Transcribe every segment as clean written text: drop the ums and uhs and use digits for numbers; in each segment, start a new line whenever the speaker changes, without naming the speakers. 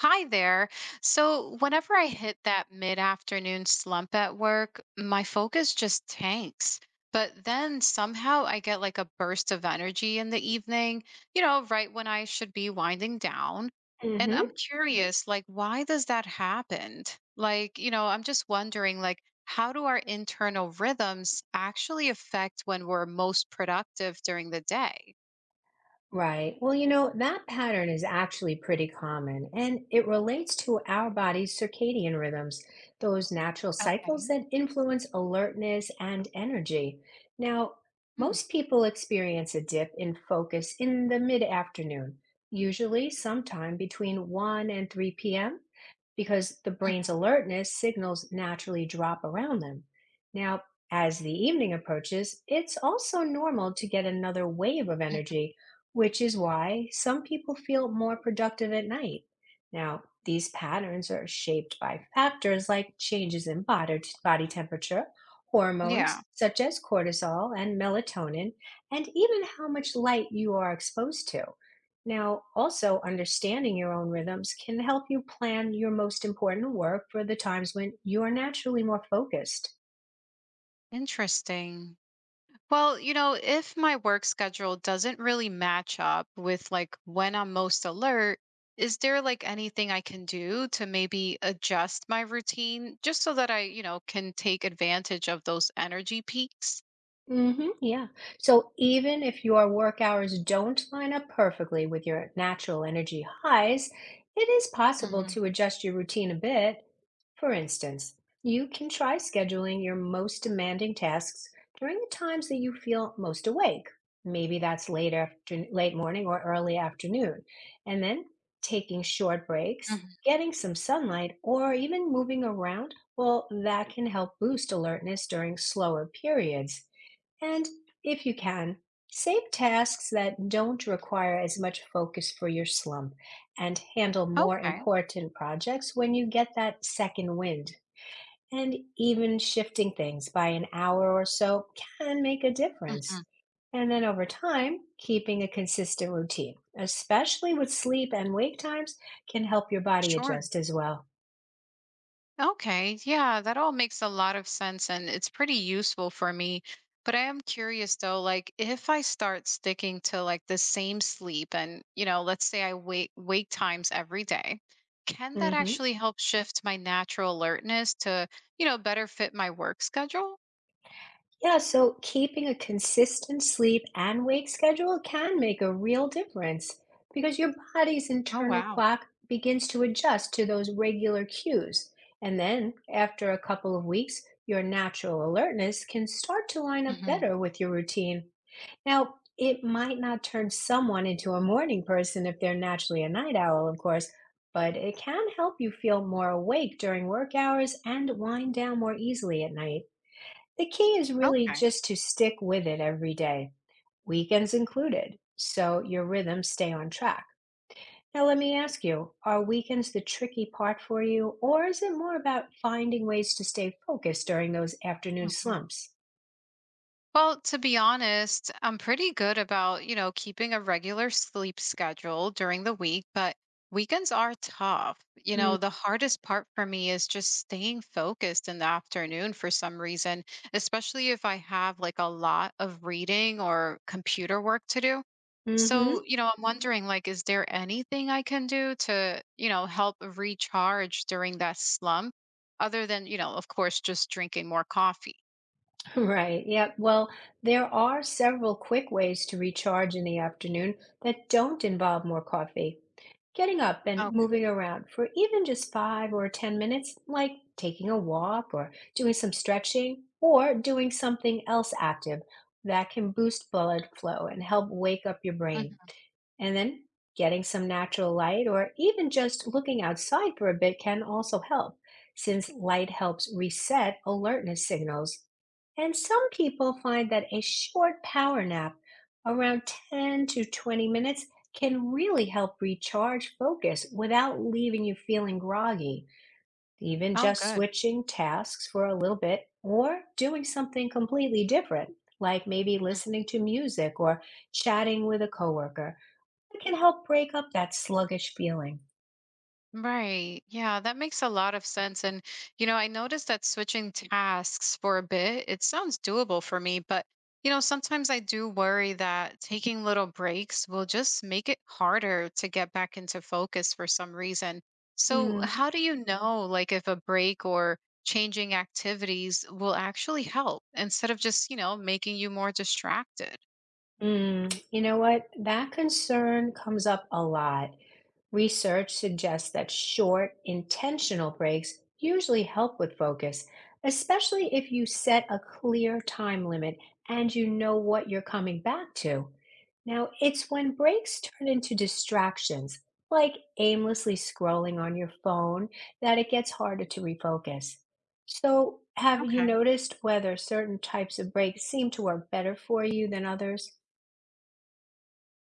Hi there. So, whenever I hit that mid afternoon slump at work, my focus just tanks. But then somehow I get like a burst of energy in the evening, right when I should be winding down. And I'm
Mhm.
curious, like, why does that happen? Like, I'm just wondering, like, how do our internal rhythms actually affect when we're most productive during the day?
Right. Well, you know, that pattern is actually pretty common and it relates to our body's circadian rhythms, those natural cycles
Okay.
that influence alertness and energy. Now,
Mm,
most people experience a dip in focus in the mid afternoon, usually sometime between 1 and 3 p.m. because the brain's
mhm,
alertness signals naturally drop around them. Now, as the evening approaches, it's also normal to get another wave of
mhm.
energy, which is why some people feel more productive at night. Now, these patterns are shaped by factors like changes in body temperature,
Yeah,
hormones such as cortisol and melatonin, and even how much light you are exposed to. Now, also understanding your own rhythms can help you plan your most important work for the times when you are naturally more focused.
interesting. Well, if my work schedule doesn't really match up with like when I'm most alert, is there like anything I can do to maybe adjust my routine just so that I can take advantage of those energy peaks?
Hmm, yeah. So even if your work hours don't line up perfectly with your natural energy highs, it is possible
Hmm.
to adjust your routine a bit. For instance, you can try scheduling your most demanding tasks during the times that you feel most awake. Maybe that's late morning or early afternoon. And then taking short breaks,
Hmm.
getting some sunlight, or even moving around, well, that can help boost alertness during slower periods. And if you can, save tasks that don't require as much focus for your slump and handle more
Okay.
important projects when you get that second wind. And even shifting things by an hour or so can make a difference.
Hmm.
And then over time, keeping a consistent routine, especially with sleep and wake times, can help your body
Sure.
adjust as well.
Okay, yeah, that all makes a lot of sense and it's pretty useful for me. But I am curious though, like if I start sticking to like the same sleep and, let's say I wake times every day, can that
Hmm.
actually help shift my natural alertness to, better fit my work schedule?
Yeah, so keeping a consistent sleep and wake schedule can make a real difference because your body's
Oh,
internal
wow.
clock begins to adjust to those regular cues. And then, after a couple of weeks, your natural alertness can start to line up
Hmm.
better with your routine. Now, it might not turn someone into a morning person if they're naturally a night owl, of course, but it can help you feel more awake during work hours and wind down more easily at night. The key is really
Okay.
just to stick with it every day, weekends included, so your rhythms stay on track. Now, let me ask you, are weekends the tricky part for you, or is it more about finding ways to stay focused during those afternoon
Mhm.
slumps?
Well, to be honest, I'm pretty good about, keeping a regular sleep schedule during the week, but weekends are tough.
Mm
The hardest part for me is just staying focused in the afternoon for some reason, especially if I have like a lot of reading or computer work to do.
hmm.
So, I'm wondering like is there anything I can do to, help recharge during that slump other than, of course just drinking more coffee?
Right. Yeah. Well, there are several quick ways to recharge in the afternoon that don't involve more coffee. Getting up and
Okay.
moving around for even just five or 10 minutes, like taking a walk or doing some stretching or doing something else active, that can boost blood flow and help wake up your brain.
Mhm.
And then getting some natural light or even just looking outside for a bit can also help, since light helps reset alertness signals. And some people find that a short power nap, around 10 to 20 minutes, can really help recharge focus without leaving you feeling groggy. Even
Oh,
just
good.
switching tasks for a little bit or doing something completely different, like maybe
Mhm.
listening to music or chatting with a coworker, it can help break up that sluggish feeling.
Right. Yeah, that makes a lot of sense. And, I noticed that switching tasks for a bit, it sounds doable for me, but, sometimes I do worry that taking little breaks will just make it harder to get back into focus for some reason. So,
Mm,
how do you know, like, if a break or changing activities will actually help instead of just, making you more distracted?
mm. You know what? That concern comes up a lot. Research suggests that short, intentional breaks usually help with focus, especially if you set a clear time limit and you know what you're coming back to. Now, it's when breaks turn into distractions, like aimlessly scrolling on your phone, that it gets harder to refocus. So, have you
Okay.
noticed whether certain types of breaks seem to work better for you than others?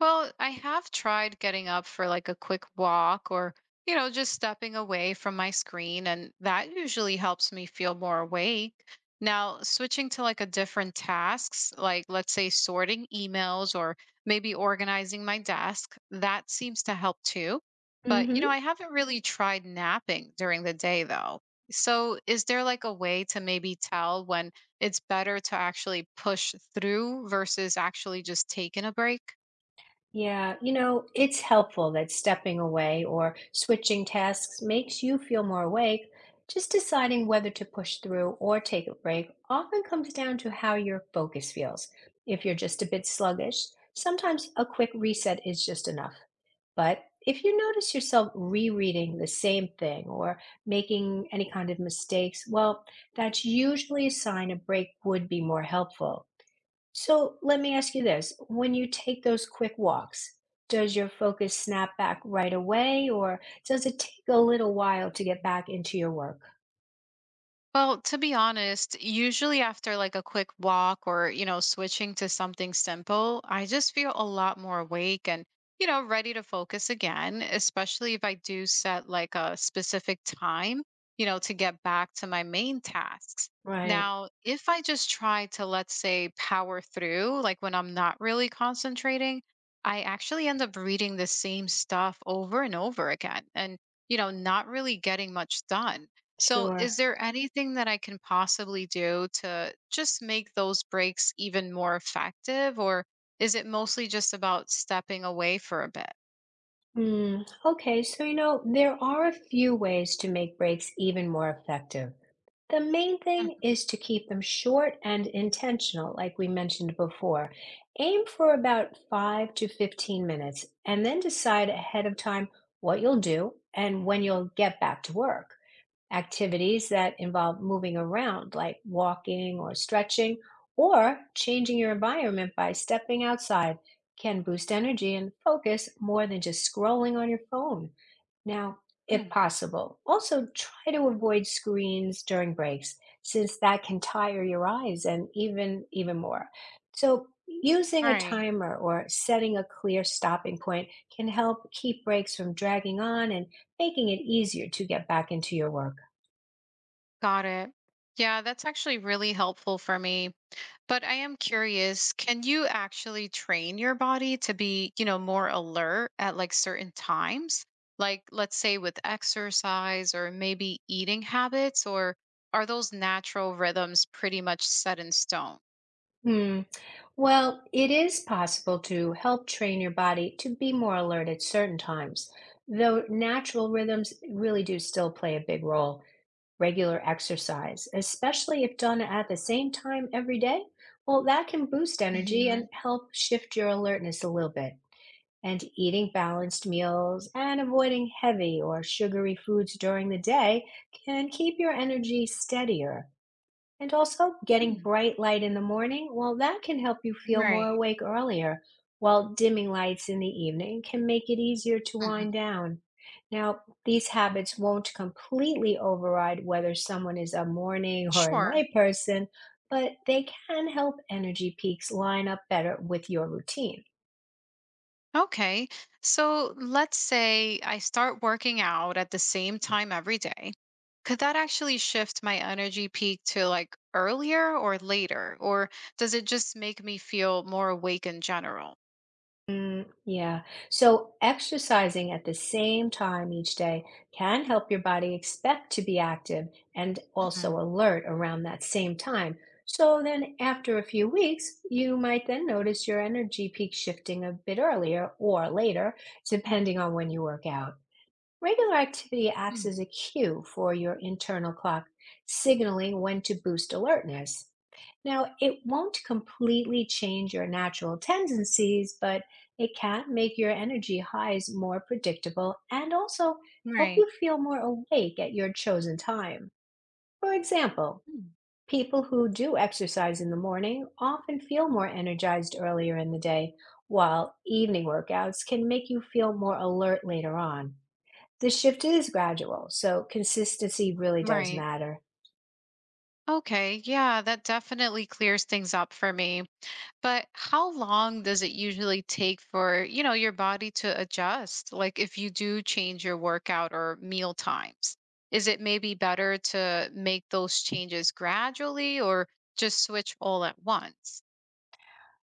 Well, I have tried getting up for like a quick walk or, just stepping away from my screen, and that usually helps me feel more awake. Now, switching to like a different tasks, like let's say sorting emails or maybe organizing my desk, that seems to help too.
Mm
But,
hmm.
I haven't really tried napping during the day though. So, is there like a way to maybe tell when it's better to actually push through versus actually just taking a break?
Yeah, you know, it's helpful that stepping away or switching tasks makes you feel more awake. Just deciding whether to push through or take a break often comes down to how your focus feels. If you're just a bit sluggish, sometimes a quick reset is just enough. But if you notice yourself rereading the same thing or making any kind of mistakes, well, that's usually a sign a break would be more helpful. So let me ask you this. When you take those quick walks, does your focus snap back right away or does it take a little while to get back into your work?
Well, to be honest, usually after like a quick walk or, switching to something simple, I just feel a lot more awake and, ready to focus again, especially if I do set like a specific time, to get back to my main tasks.
Right,
Now, if I just try to, let's say, power through, like when I'm not really concentrating, I actually end up reading the same stuff over and over again and, not really getting much done. So, is
sure.
there anything that I can possibly do to just make those breaks even more effective? Or is it mostly just about stepping away for a bit?
Hmm. Okay, so you know, there are a few ways to make breaks even more effective. The main thing is to keep them short and intentional, like we mentioned before. Aim for about 5 to 15 minutes and then decide ahead of time what you'll do and when you'll get back to work. Activities that involve moving around, like walking or stretching, or changing your environment by stepping outside, can boost energy and focus more than just scrolling on your phone. Now, if
Mhm.
possible, also try to avoid screens during breaks since that can tire your eyes and even more. So, using a
Right.
timer or setting a clear stopping point can help keep breaks from dragging on and making it easier to get back into your work.
Got it. Yeah, that's actually really helpful for me. But I am curious, can you actually train your body to be, more alert at like certain times? Like let's say with exercise or maybe eating habits, or are those natural rhythms pretty much set in stone?
Hmm. Well, it is possible to help train your body to be more alert at certain times, though natural rhythms really do still play a big role. Regular exercise, especially if done at the same time every day, well, that can boost energy and
Mhm.
help shift your alertness a little bit. And eating balanced meals and avoiding heavy or sugary foods during the day can keep your energy steadier. And also, getting
Mm,
bright light in the morning, well, that can help you feel more
right.
awake earlier, while dimming lights in the evening can make it easier to
Mhm.
wind down. Now, these habits won't completely override whether someone is a morning or a
Sure.
night person, but they can help energy peaks line up better with your routine.
Okay. So let's say I start working out at the same time every day. Could that actually shift my energy peak to like earlier or later? Or does it just make me feel more awake in general?
Mm, yeah. So exercising at the same time each day can help your body expect to be active and also
Mhm.
alert around that same time. So then after a few weeks, you might then notice your energy peak shifting a bit earlier or later, depending on when you work out. Regular activity acts as
Mm,
a cue for your internal clock, signaling when to boost alertness. Now, it won't completely change your natural tendencies, but it can make your energy highs more predictable and also help
right.
you feel more awake at your chosen time. For example,
Mm, mm.
people who do exercise in the morning often feel more energized earlier in the day, while evening workouts can make you feel more alert later on. The shift is gradual, so consistency really does
Right.
matter.
Okay. Yeah, that definitely clears things up for me. But how long does it usually take for, your body to adjust? Like if you do change your workout or meal times, is it maybe better to make those changes gradually or just switch all at once?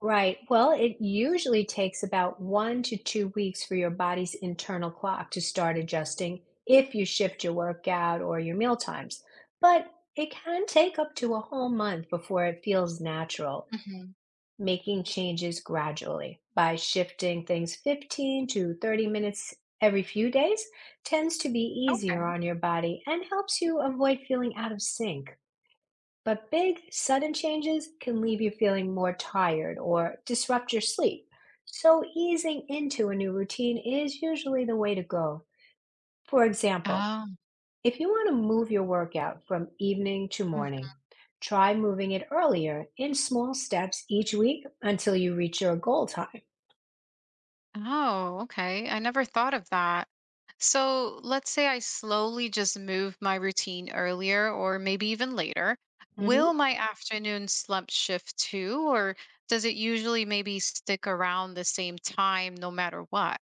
Right. Well, it usually takes about 1 to 2 weeks for your body's internal clock to start adjusting if you shift your workout or your meal times. But it can take up to a whole month before it feels natural.
Mhm.
Making changes gradually by shifting things 15 to 30 minutes every few days tends to be
Okay.
easier on your body and helps you avoid feeling out of sync. But big, sudden changes can leave you feeling more tired or disrupt your sleep. So, easing into a new routine is usually the way to go. For example,
Oh.
if you want to move your workout from evening to morning, try moving it earlier in small steps each week until you reach your goal time.
Oh, okay. I never thought of that. So let's say I slowly just move my routine earlier or maybe even later. Will
Mhm.
my afternoon slump shift too, or does it usually maybe stick around the same time no matter what?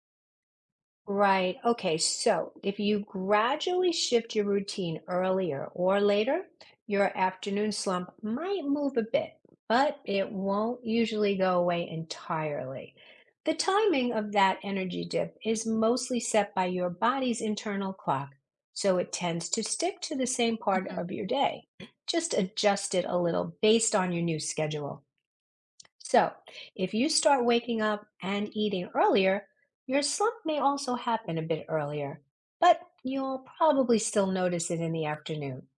Right. Okay. So if you gradually shift your routine earlier or later, your afternoon slump might move a bit, but it won't usually go away entirely. The timing of that energy dip is mostly set by your body's internal clock, so it tends to stick to the same part
Mhm.
of your day. Just adjust it a little based on your new schedule. So, if you start waking up and eating earlier, your slump may also happen a bit earlier, but you'll probably still notice it in the afternoon.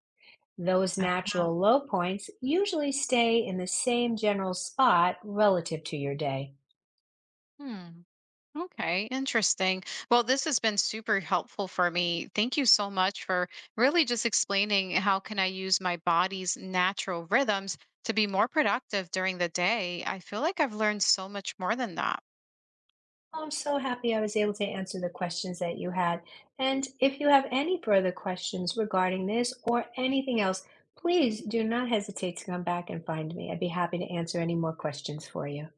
Those
Uh,
natural low points usually stay in the same general spot relative to your day.
hmm. Okay, interesting. Well, this has been super helpful for me. Thank you so much for really just explaining how can I use my body's natural rhythms to be more productive during the day. I feel like I've learned so much more than that.
Oh, I'm so happy I was able to answer the questions that you had. And if you have any further questions regarding this or anything else, please do not hesitate to come back and find me. I'd be happy to answer any more questions for you.